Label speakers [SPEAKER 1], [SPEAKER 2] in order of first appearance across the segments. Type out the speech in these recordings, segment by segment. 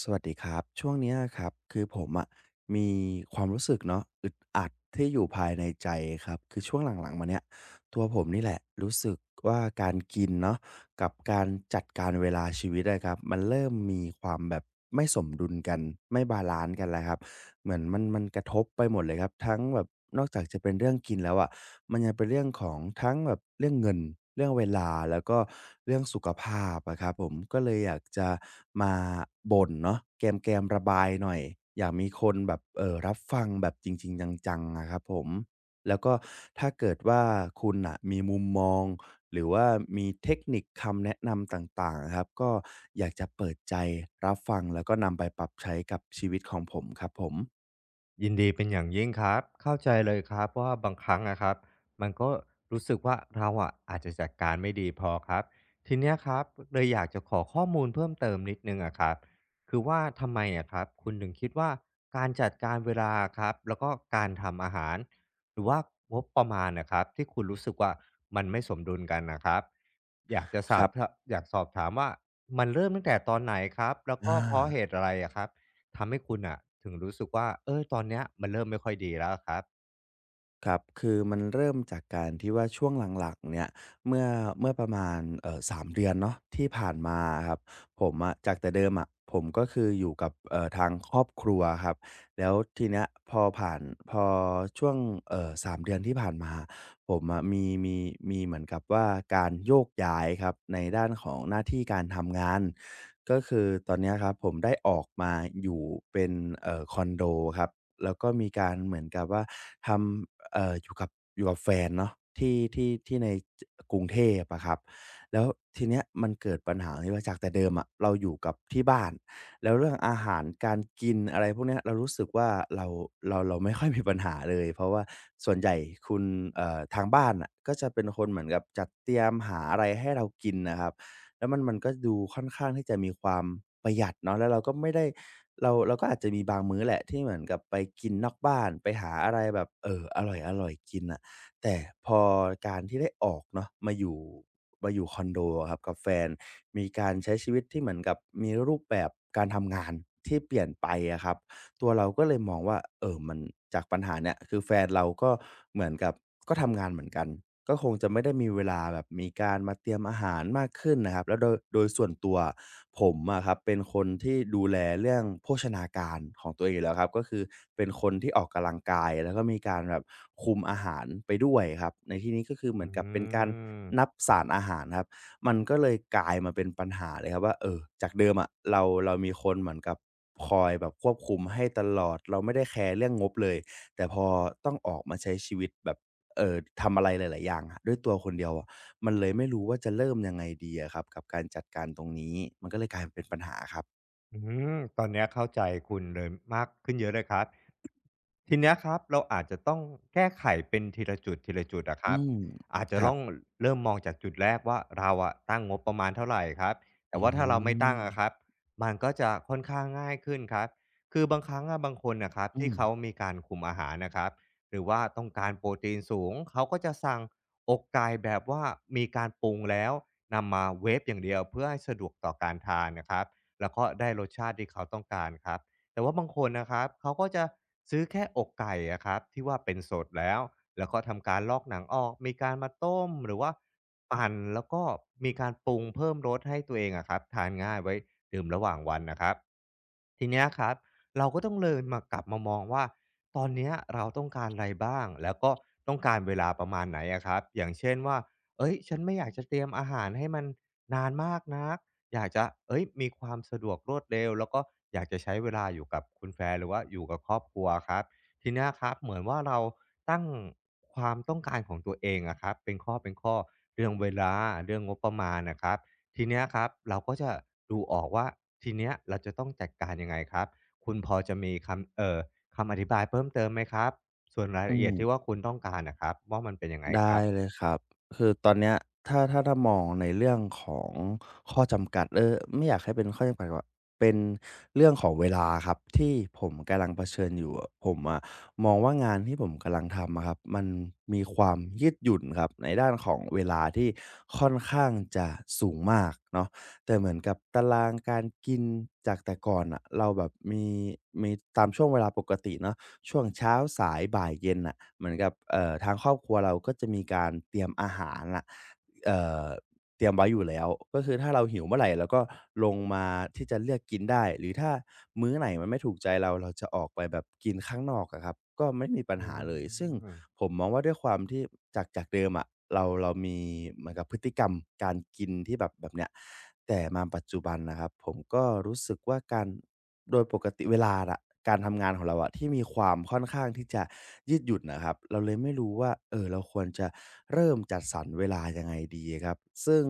[SPEAKER 1] สวัสดีครับช่วงเนี้ยครับคือผมอะมีความรู้สึกเนาะอึดอัดที่อยู่ภายในใจครับคือช่วงหลังๆมาเนี้ยตัวผมนี่แหละรู้สึกว่าการกินเนาะกับการจัดการเวลาชีวิตอะครับมันเริ่มมีความแบบไม่สมดุลกันไม่บาลันซ์กันแล้วครับ เหมือนมันกระทบไปหมดเลยครับทั้งแบบนอกจากจะเป็นเรื่องกินแล้วอะมันยังเป็นเรื่องของทั้งแบบเรื่องเงินเรื่องเวลาแล้วก็เรื่องสุขภาพอะครับผมก็เลยอยากจะมาบ่นเนาะแกมๆระบายหน่อยอยากมีคนแบบรับฟังแบบจริงๆจังๆอะครับผมแล้วก็ถ้าเกิดว่าคุณน่ะมีมุมมองหรือว่ามีเทคนิคคำแนะนำต่างๆอะครับก็อยากจะเปิดใจรับฟังแล้วก็นำไปปรับใช้กับชีวิตของผมครับผม
[SPEAKER 2] ยินดีเป็นอย่างยิ่งครับเข้าใจเลยครับว่าบางครั้งนะครับมันก็รู้สึกว่าเราอะอาจจะจัดการไม่ดีพอครับทีเนี้ยครับเลยอยากจะขอข้อมูลเพิ่มเติมนิดนึงอะครับคือว่าทำไมอะครับคุณถึงคิดว่าการจัดการเวลาครับแล้วก็การทำอาหารหรือว่างบประมาณนะครับที่คุณรู้สึกว่ามันไม่สมดุลกันนะครับอยากจะส
[SPEAKER 1] ค
[SPEAKER 2] อบ
[SPEAKER 1] รับ
[SPEAKER 2] อยากสอบถามว่ามันเริ่มตั้งแต่ตอนไหนครับแล้วก็
[SPEAKER 1] อา
[SPEAKER 2] เพราะเหตุอะไรอะครับ ทำให้คุณอ่ะถึงรู้สึกว่าเออตอนเนี้ยมันเริ่มไม่ค่อยดีแล้วอะครับ
[SPEAKER 1] ครับคือมันเริ่มจากการที่ว่าช่วงหลังๆเนี่ย เมื่อเมื่อประมาณ3เดือนเนาะที่ผ่านมาอะครับผมอะจากแต่เดิมอะผมก็คืออยู่กับทางครอบครัวครับ แล้วทีเนี้ยพอผ่านพอช่วง3เดือนที่ผ่านมา ผมอะมีเหมือนกับว่าการโยกย้ายครับในด้านของหน้าที่การทำงานก็คือตอนเนี้ยครับผมได้ออกมาอยู่เป็นคอนโดครับแล้วก็มีการเหมือนกับว่าทำอยู่กับแฟนเนาะที่ในกรุงเทพอะครับแล้วทีเนี้ยมันเกิดปัญหาที่ว่าจากแต่เดิมอะเราอยู่กับที่บ้าน แล้วเรื่องอาหารการกินอะไรพวกเนี้ยเรารู้สึกว่าเราเราไม่ค่อยมีปัญหาเลยเพราะว่าส่วนใหญ่คุณทางบ้านน่ะก็จะเป็นคนเหมือนกับจัดเตรียมหาอะไรให้เรากินน่ะครับแล้วมันก็ดูค่อนข้างที่จะมีความประหยัดเนาะแล้วเราก็ไม่ได้เราก็อาจจะมีบางมื้อแหละที่เหมือนกับไปกินนอกบ้านไปหาอะไรแบบอร่อยๆกินน่ะ แต่พอการที่ได้ออกเนาะมาอยู่คอนโดอะครับกับแฟนมีการใช้ชีวิตที่เหมือนกับมีรูปแบบการทำงานที่เปลี่ยนไปอะครับ ตัวเราก็เลยมองว่าเออมันจากปัญหาเนี่ยคือแฟนเราก็เหมือนกับก็ทำงานเหมือนกันก็คงจะไม่ได้มีเวลาแบบมีการมาเตรียมอาหารมากขึ้นนะครับแล้วโดยส่วนตัวผมอะครับเป็นคนที่ดูแลเรื่องโภชนาการของตัวเองอยู่แล้วครับก็คือเป็นคนที่ออกกำลังกายแล้วก็มีการแบบคุมอาหารไปด้วยครับในที่นี้ก็คือเหมื
[SPEAKER 2] อื
[SPEAKER 1] อนกับเป็นการนับ
[SPEAKER 2] ม
[SPEAKER 1] สารอาหารครับ มันก็เลยกลายมาเป็นปัญหาเลยครับว่าเออจากเดิมอะเรามีคนเหมือนกับคอยแบบควบคุมให้ตลอดเราไม่ได้แคร์เรื่องงบเลยแต่พอต้องออกมาใช้ชีวิตแบบเอ่อทำอะไรหลายๆอย่างอะด้วยตัวคนเดียวอะมันเลยไม่รู้ว่าจะเริ่มยังไงดีอะครับกับการจัดการตรงนี้มันก็เลยกลายเป็นปัญหาครับ
[SPEAKER 2] อืมตอนเนี้ยเข้าใจคุณเลยมากขึ้นเยอะเลยครับทีเนี้ยครับเราอาจจะต้องแก้ไขเป็นทีละจุดทีละจุดอะค
[SPEAKER 1] อื
[SPEAKER 2] รับ
[SPEAKER 1] ม
[SPEAKER 2] อาจ
[SPEAKER 1] ค
[SPEAKER 2] จะ
[SPEAKER 1] รั
[SPEAKER 2] ต้
[SPEAKER 1] บ
[SPEAKER 2] องเริ่มมองจากจุดแรกว่าเราอะตั้งงบประมาณเท่าไรครับแต่
[SPEAKER 1] อื
[SPEAKER 2] ว่าถ้าเราไม่ตั้ง
[SPEAKER 1] ม
[SPEAKER 2] อะครับมันก็จะค่อนข้างง่ายขึ้นครับคือบางครั้งอะบางคนน่ะครับ
[SPEAKER 1] อื
[SPEAKER 2] ที่
[SPEAKER 1] ม
[SPEAKER 2] เขามีการคุมอาหารนะครับหรือว่าต้องการโปรตีนสูงเขาก็จะสั่งอกไก่แบบว่ามีการปรุงแล้วนำมาเวฟอย่างเดียวเพื่อให้สะดวกต่อการทานนะครับ แล้วก็ได้รสชาติที่เขาต้องการครับแต่ว่าบางคนนะครับเขาก็จะซื้อแค่อกไก่อะครับที่ว่าเป็นสดแล้วแล้วก็ทำการลอกหนังออกมีการมาต้มหรือว่าปั่นแล้วก็มีการปรุงเพิ่มรสให้ตัวเองอะครับทานง่ายไว้ดื่มระหว่างวันนะครับทีเนี้ยครับเราก็ต้องเลยมากลับมามองว่าตอนเนี้ยเราต้องการอะไรบ้างแล้วก็ต้องการเวลาประมาณไหนอะครับอย่างเช่นว่าเอ้ยฉันไม่อยากจะเตรียมอาหารให้มันนานมากนัก อยากจะเอ้ยมีความสะดวกรวดเร็วแล้วก็อยากจะใช้เวลาอยู่กับคุณแฟนหรือว่าอยู่กับครอบครัวครับทีเนี้ยครับเหมือนว่าเราตั้งความต้องการของตัวเองอะครับเป็นข้อเรื่องเวลาเรื่องงบประมาณอะครับทีเนี้ยครับเราก็จะดูออกว่าทีเนี้ยเราจะต้องจัดการยังไงครับคุณพอจะมีคำคำอธิบายเพิ่มเติมไหมครับส่วนราย
[SPEAKER 1] อื
[SPEAKER 2] ละเอีย
[SPEAKER 1] ม
[SPEAKER 2] ดที่ว่าคุณต้องการอะครับว่ามันเป็นยังไงค
[SPEAKER 1] ได้
[SPEAKER 2] รับ
[SPEAKER 1] เลยครับคือตอนเนี้ยถ้ามองในเรื่องของข้อจำกัดเออไม่อยากให้เป็นข้อจำกัดว่าเป็นเรื่องของเวลาครับที่ผมกำลังเผชิญอยู่อะผมอะมองว่างานที่ผมกำลังทำอะครับมันมีความยืดหยุ่นครับในด้านของเวลาที่ค่อนข้างจะสูงมากเนาะแต่เหมือนกับตารางการกินจากแต่ก่อนน่ะเราแบบมีตามช่วงเวลาปกติเนาะช่วงเช้าสายบ่ายเย็นน่ะ เหมือนกับทางครอบครัวเราก็จะมีการเตรียมอาหารน่ะเอ่อเตรียมไว้อยู่แล้วก็คือถ้าเราหิวเมื่อไรเราก็ลงมาที่จะเลือกกินได้หรือถ้ามื้อไหนมันไม่ถูกใจเราเราจะออกไปแบบกินข้างนอกอะครับก็ไม่มีปัญ
[SPEAKER 2] อื
[SPEAKER 1] หาเลยซึ่ง
[SPEAKER 2] ม
[SPEAKER 1] ผมมองว่าด้วยความที่จากเดิมอะเรามีเหมือนกับพฤติกรรมการกินที่แบบเนี้ยแต่มาปัจจุบันนะครับผมก็รู้สึกว่าการ โดยปกติเวลาอะการทำงานของเราอะที่มีความค่อนข้างที่จะยืดหยุ่นนะครับเราเลยไม่รู้ว่าเออเราควรจะเริ่มจัดสรรเวลายังไงดีครับซึ่ง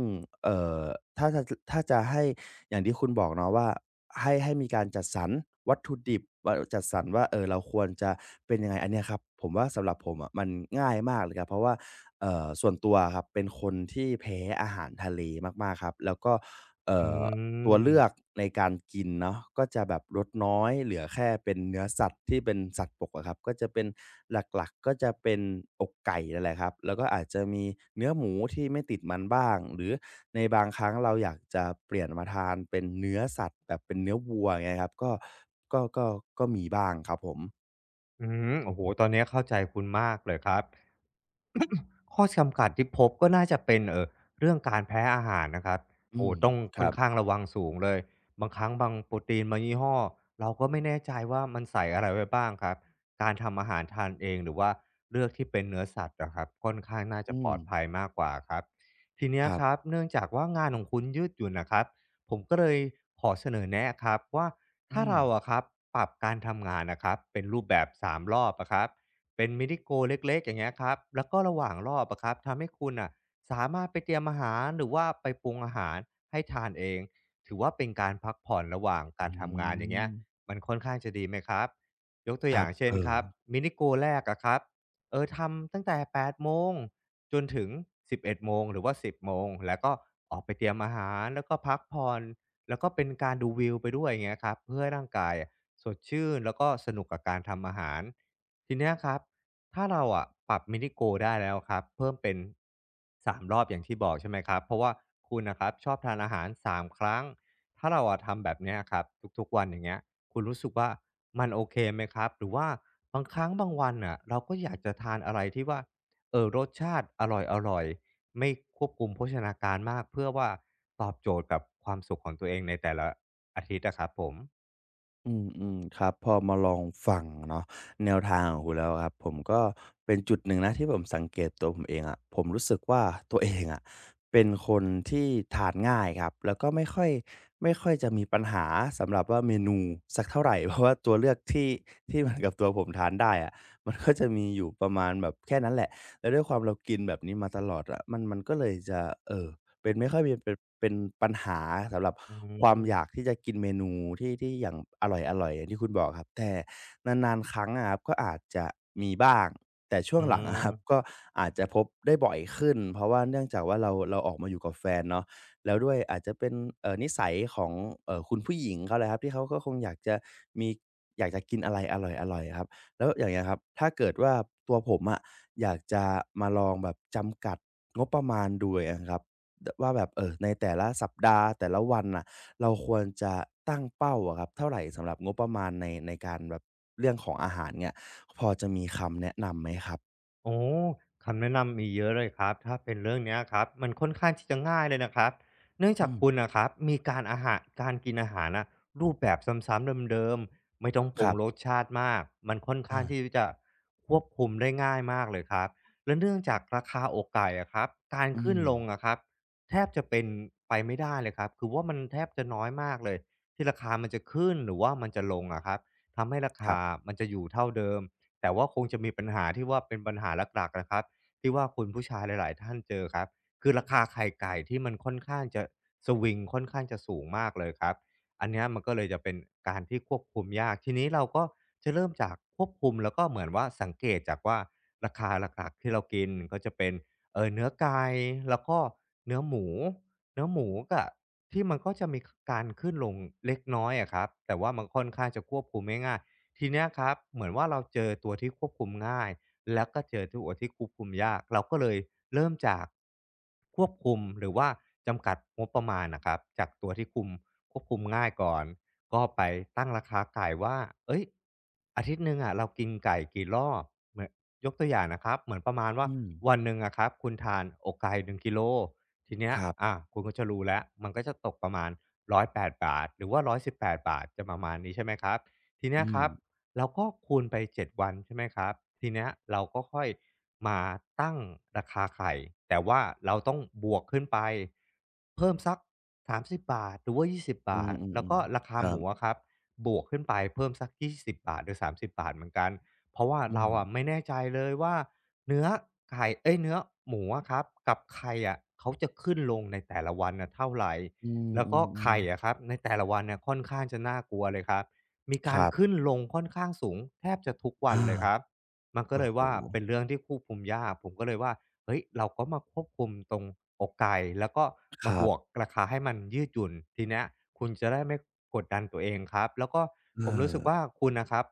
[SPEAKER 1] เอ่อถ้าถ้าถ้าจะให้อย่างที่คุณบอกเนาะว่าให้มีการจัดสรรวัตถุดิบว่าจัดสรรว่าเออเราควรจะเป็นยังไงอันเนี้ยครับผมว่าสำหรับผมอะมันง่ายมากเลยครับเพราะว่าส่วนตัวอะครับเป็นคนที่แพ้อาหารทะเลมากๆครับแล้วก็เอ่
[SPEAKER 2] อื
[SPEAKER 1] อ ตัวเลือก
[SPEAKER 2] ม
[SPEAKER 1] ในการกินเนาะก็จะแบบลดน้อยเหลือแค่เป็นเนื้อสัตว์ที่เป็นสัตว์บกอะครับก็จะเป็นหลักๆก็จะเป็นอกไก่นั่นแหละครับแล้วก็อาจจะมีเนื้อหมูที่ไม่ติดมันบ้างหรือในบางครั้งเราอยากจะเปลี่ยนมาทานเป็นเนื้อสัตว์แบบเป็นเนื้อวัวอย่างเงี้ยครับก็ก็มีบ้างครับผม
[SPEAKER 2] อืมโอ้โหตอนนี้เข้าใจคุณมากเลยครับข้อจำกัดที่พบก็น่าจะเป็นเออเรื่องการแพ้อาหารนะครับ
[SPEAKER 1] อื
[SPEAKER 2] โอ้
[SPEAKER 1] ม
[SPEAKER 2] ต้อง
[SPEAKER 1] ค
[SPEAKER 2] ค่
[SPEAKER 1] รั
[SPEAKER 2] อน
[SPEAKER 1] บ
[SPEAKER 2] ข้างระวังสูงเลยบางครั้งบางโปรตีนบางยี่ห้อเราก็ไม่แน่ใจว่ามันใส่อะไรไว้บ้างครับการทำอาหารทานเองหรือว่าเลือกที่เป็นเนื้อสัตว์นะครับค่อนข้างน่าจะ
[SPEAKER 1] อื
[SPEAKER 2] ปล
[SPEAKER 1] ม
[SPEAKER 2] อดภัยมากกว่าครับทีเนี้ย
[SPEAKER 1] ครั
[SPEAKER 2] ครับ
[SPEAKER 1] บ
[SPEAKER 2] เนื่องจากว่างานของคุณยืดหยุ่นนะครับผมก็เลยขอเสนอแนะครับว่า
[SPEAKER 1] อื
[SPEAKER 2] ถ้า
[SPEAKER 1] ม
[SPEAKER 2] เราอะครับปรับการทำงานนะครับเป็นรูปแบบสามรอบอะครับ เป็นม i น i โ o a เล็กๆอย่างเงี้ยครับแล้วก็ระหว่างรอบอะครับทำให้คุณอ่ะสามารถไปเตรียมอาหารหรือว่าไปปรุงอาหารให้ทานเองถือว่าเป็นการพักผ่อนระหว่างกา
[SPEAKER 1] อื
[SPEAKER 2] รทำงานอย่างเงี้
[SPEAKER 1] ม
[SPEAKER 2] ยมันค่อนข้างจะดีไหมครับยกตัว
[SPEAKER 1] ค
[SPEAKER 2] อ
[SPEAKER 1] รั
[SPEAKER 2] ย่า
[SPEAKER 1] บ
[SPEAKER 2] งเช่
[SPEAKER 1] เอ
[SPEAKER 2] นค
[SPEAKER 1] อ
[SPEAKER 2] รับ mini g o a แรกอะครับเออทำตั้งแต่8โมงจนถึง11โมงหรือว่า10โมงแล้วก็ออกไปเตรียมอาหารแล้วก็พักผ่อนแล้วก็เป็นการดูวิวไปด้วยอย่างเงี้ยครับเพื่อให้ร่างกายอะสดชื่นแล้วก็สนุกกับการทำอาหาร ทีเนี้ยครับถ้าเราอะปรับมินิโก a ได้แล้วครับเพิ่มเป็น3รอบอย่างที่บอกใช่ไหมครับเพราะว่าคุณนะครับชอบทานอาหาร3ครั้งถ้าเราอะทำแบบเนี้ยครับทุกๆวันอย่างเงี้ยคุณรู้สึกว่ามันโอเคไหมครับหรือว่าบางครั้งบางวันอ่ะเราก็อยากจะทานอะไรที่ว่าเอ่อรสชาติอร่อยๆไม่ควบคุมโภชนาการมากเพื่อว่าตอบโจทย์กับความสุขของตัวเองในแต่ละอาทิตย์นะครับผม
[SPEAKER 1] อืมอืมครับพอมาลองฟังเนาะแนวทางของคุณแล้วครับผมก็เป็นจุดหนึ่งนะที่ผมสังเกตตัวผมเองอะผมรู้สึกว่าตัวเองอะเป็นคนที่ทานง่ายครับแล้วก็ไม่ค่อยจะมีปัญหาสำหรับว่าเมนูสักเท่าไหร เพราะว่าตัวเลือกที่มันกับตัวผมทานได้อะมันก็จะมีอยู่ประมาณแบบแค่นั้นแหละแล้วด้วยความเรากินแบบนี้มาตลอดอะมันก็เลยจะเออ เป็นไม่ค่อยเป็นปัญหาสำหรับ
[SPEAKER 2] อื
[SPEAKER 1] ความอยาก
[SPEAKER 2] ม
[SPEAKER 1] ที่จะกินเมนูที่อย่างอร่อยๆอย่างที่คุณบอกครับแต่นานๆครั้งอะครับก็อาจจะมีบ้างแต่ช่ว
[SPEAKER 2] อื
[SPEAKER 1] งหลังอะครับ
[SPEAKER 2] ม
[SPEAKER 1] ก็อาจจะพบได้บ่อยขึ้นเพราะว่าเนื่องจากว่าเราออกมาอยู่กับแฟนเนาะแล้วด้วยอาจจะเป็นนิสัยของคุณผู้หญิงเขาเลยครับที่เขาก็คงอยากจะมีอยากจะกินอะไรอร่อยๆครับแล้วอย่างเงี้ยครับถ้าเกิดว่าตัวผมอะอยากจะมาลองแบบจำกัดงบประมาณดูครับ ดว่าแบบในแต่ละสัปดาห์แต่ละวันน่ะเราควรจะตั้งเป้าอะครับเท่าไรสำหรับงบประมาณในการแบบเรื่องของอาหารเนี่ยพอจะมีคำแนะนำไหมครับ
[SPEAKER 2] โอ้คำแนะนำมีเยอะเลยครับถ้าเป็นเรื่องเนี้ยครับมันค่อนข้างที่จะง่ายเลยนะครับเนื่องจา
[SPEAKER 1] อื
[SPEAKER 2] กคุ
[SPEAKER 1] ม
[SPEAKER 2] ณนะครับมีการอาหารการกินอาหารนะรูปแบบซ้ำๆเดิมๆไม่ต้องป
[SPEAKER 1] ค
[SPEAKER 2] รุง
[SPEAKER 1] รั
[SPEAKER 2] ร
[SPEAKER 1] บ
[SPEAKER 2] สชาติมากมันค่อนข้า
[SPEAKER 1] อา
[SPEAKER 2] งที่จะควบคุมได้ง่ายมากเลยครับและเนื่องจากราคาอกไก่อะครับการ
[SPEAKER 1] อื
[SPEAKER 2] ขึ้น
[SPEAKER 1] ม
[SPEAKER 2] ลงอะครับแทบจะเป็นไปไม่ได้เลยครับคือว่ามันแทบจะน้อยมากเลยที่ราคามันจะขึ้นหรือว่ามันจะลงอะครับทำให้รา
[SPEAKER 1] ครั
[SPEAKER 2] คา
[SPEAKER 1] บ
[SPEAKER 2] มันจะอยู่เท่าเดิม แต่ว่าคงจะมีปัญหาที่ว่าเป็นปัญหาหลักๆนะครับที่ว่าคุณผู้ชายหลายๆท่านเจอครับคือราคาไข่ไก่ที่มันค่อนข้างจะสวิงค่อนข้างจะสูงมากเลยครับอันเนี้ยมันก็เลยจะเป็นการที่ควบคุมยากทีนี้เราก็จะเริ่มจากควบคุมแล้วก็เหมือนว่าสังเกตจากว่าราคาหลักๆที่เรากินก็จะเป็นเนื้อไก่แล้วก็เนื้อหมูเนื้อหมูก็ที่มันก็จะมีคการขึ้นลงเล็กน้อยอะครับแต่ว่ามันค่อนข้างจะควบคุมง่าย ทีเนี้ยครับเหมือนว่าเราเจอตัวที่ควบคุมง่ายแล้วก็เจอตัวที่ควบคุมยากเราก็เลยเริ่มจากควบคุมหรือว่าจำกัดงบประมาณนะครับจากตัวที่คุมควบคุมง่ายก่อนก็ไปตั้งราคาไก่ว่าเอ้ยอาทิตย์หนึ่งอ่ะเรากินไก่กี่รอบเหมือนยกตัวอย่างนะครับเหมือนประมาณว่า
[SPEAKER 1] อืม
[SPEAKER 2] วันหนึ่งอะครับคุณทานอกไก่1 กิโลทีเนี้
[SPEAKER 1] ค
[SPEAKER 2] ย
[SPEAKER 1] รั
[SPEAKER 2] อ่ะ
[SPEAKER 1] บ
[SPEAKER 2] คุณก็จะรู้แล้วมันก็จะตกประมาณ108 บาทหรือว่า118 บาทจะประมาณนี้ใช่ไหมครับทีเนี้ย
[SPEAKER 1] อื
[SPEAKER 2] ค
[SPEAKER 1] ม
[SPEAKER 2] รับ เราก็คูณไป7 วันใช่ไหมครับทีเนี้ยเราก็ค่อยมาตั้งราคาไข่แต่ว่าเราต้องบวกขึ้นไปเพิ่มสักสามสิบ30หรือว่ายี่สิบ
[SPEAKER 1] อื
[SPEAKER 2] 20แล้ว
[SPEAKER 1] ม
[SPEAKER 2] ก็
[SPEAKER 1] ๆ
[SPEAKER 2] รา
[SPEAKER 1] ๆค
[SPEAKER 2] คา
[SPEAKER 1] รั
[SPEAKER 2] ห
[SPEAKER 1] บ
[SPEAKER 2] มูอะครับบวกขึ้นไปเพิ่มสักยี่สิบ20หรือสามสิบ30เหมือนกันเพราะว่า
[SPEAKER 1] อื
[SPEAKER 2] เรา
[SPEAKER 1] ม
[SPEAKER 2] อะไม่แน่ใจเลยว่าเนื้อไข่เอ๊ยเนื้อหมูอะครับกับไข่อะเขาจะขึ้นลงในแต่ละวันน่ะเท่าไร
[SPEAKER 1] อื
[SPEAKER 2] แล้วก็
[SPEAKER 1] ม
[SPEAKER 2] ไข่
[SPEAKER 1] ๆ
[SPEAKER 2] อะครับในแต่ละวันเนี่ยค่อนข้างจะน่ากลัวเลยครับ มี
[SPEAKER 1] ๆค
[SPEAKER 2] การ
[SPEAKER 1] รับ
[SPEAKER 2] ขึ้นลงค่อนข้างสูงแทบจะทุกวัน
[SPEAKER 1] อา
[SPEAKER 2] เลยครับมันก็
[SPEAKER 1] โอ้
[SPEAKER 2] เลย
[SPEAKER 1] โฮ
[SPEAKER 2] ว่าเป็นเรื่องที่ควบคุมยากผมก็เลยว่าเฮ้ยเราก็มาควบคุมตรงอกไก่แล้วก็
[SPEAKER 1] ค
[SPEAKER 2] มา
[SPEAKER 1] รั
[SPEAKER 2] บวก
[SPEAKER 1] บ
[SPEAKER 2] ราคาให้มันยืดหยุ่นทีเนี้ยคุณจะได้ไม่กดดันตัวเองครับแล้วก็
[SPEAKER 1] เ
[SPEAKER 2] ผมรู้สึกว่า
[SPEAKER 1] ออ
[SPEAKER 2] คุณนะครับ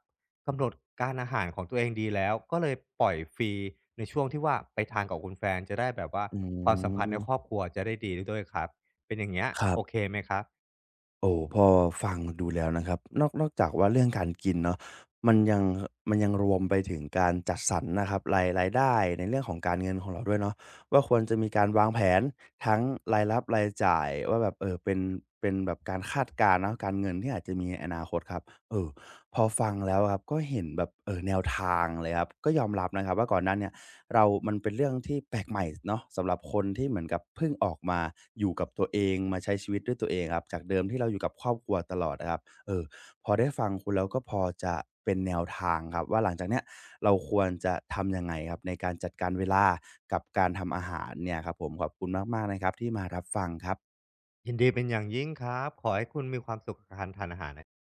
[SPEAKER 2] กำหนดการอาหารของตัวเองดีแล้วก็เลยปล่อยฟรีในช่วงที่ว่าไปทานกับคุณแฟนจะได้แบบว่า
[SPEAKER 1] อื
[SPEAKER 2] ความสัมพันธ์ในครอ
[SPEAKER 1] ม
[SPEAKER 2] บครัวจะได้ดีด้วยครับเป็นอย่างเงี้ย
[SPEAKER 1] ครั
[SPEAKER 2] โอเค
[SPEAKER 1] บ
[SPEAKER 2] ไหมครับ
[SPEAKER 1] โอ้พอฟังดูแล้วนะครับนอกจากว่าเรื่องการกินเนาะมันยังมันยังรวมไปถึงการจัดสรรนะครับรายได้ในเรื่องของการเงินของเราด้วยเนาะว่าควรจะมีการวางแผนทั้งรายรับรายจ่ายว่าแบบเออเป็นแบบการคาดการณ์เนาะการเงินที่อาจจะมีในอนาคตครับเออพอฟังแล้วครับก็เห็นแบบเออแนวทางเลยครับก็ยอมรับนะครับว่าก่อนหน้าเนี้ย เรามันเป็นเรื่องที่แปลกใหม่เนาะสำหรับคนที่เหมือนกับเพิ่งออกมา อยู่กับตัวเองมาใช้ชีวิตด้วยตัวเองครับจากเดิมที่เราอยู่กับครอบครัวตลอดนะครับเออพอได้ฟังคุณแล้วก็พอจะเป็นแนวทางครับ ว่าหลังจากเนี้ยเราควรจะทำยังไงครับ ในการจัดการเวลา กับ การทำอาหาร เนี่ยครับผม ขอบคุณมากๆนะครับที่มารับ ฟังครับ
[SPEAKER 2] ยินดีเป็นอย่างยิ่งครับ ขอให้คุณมีความสุขกับการทานอาหาร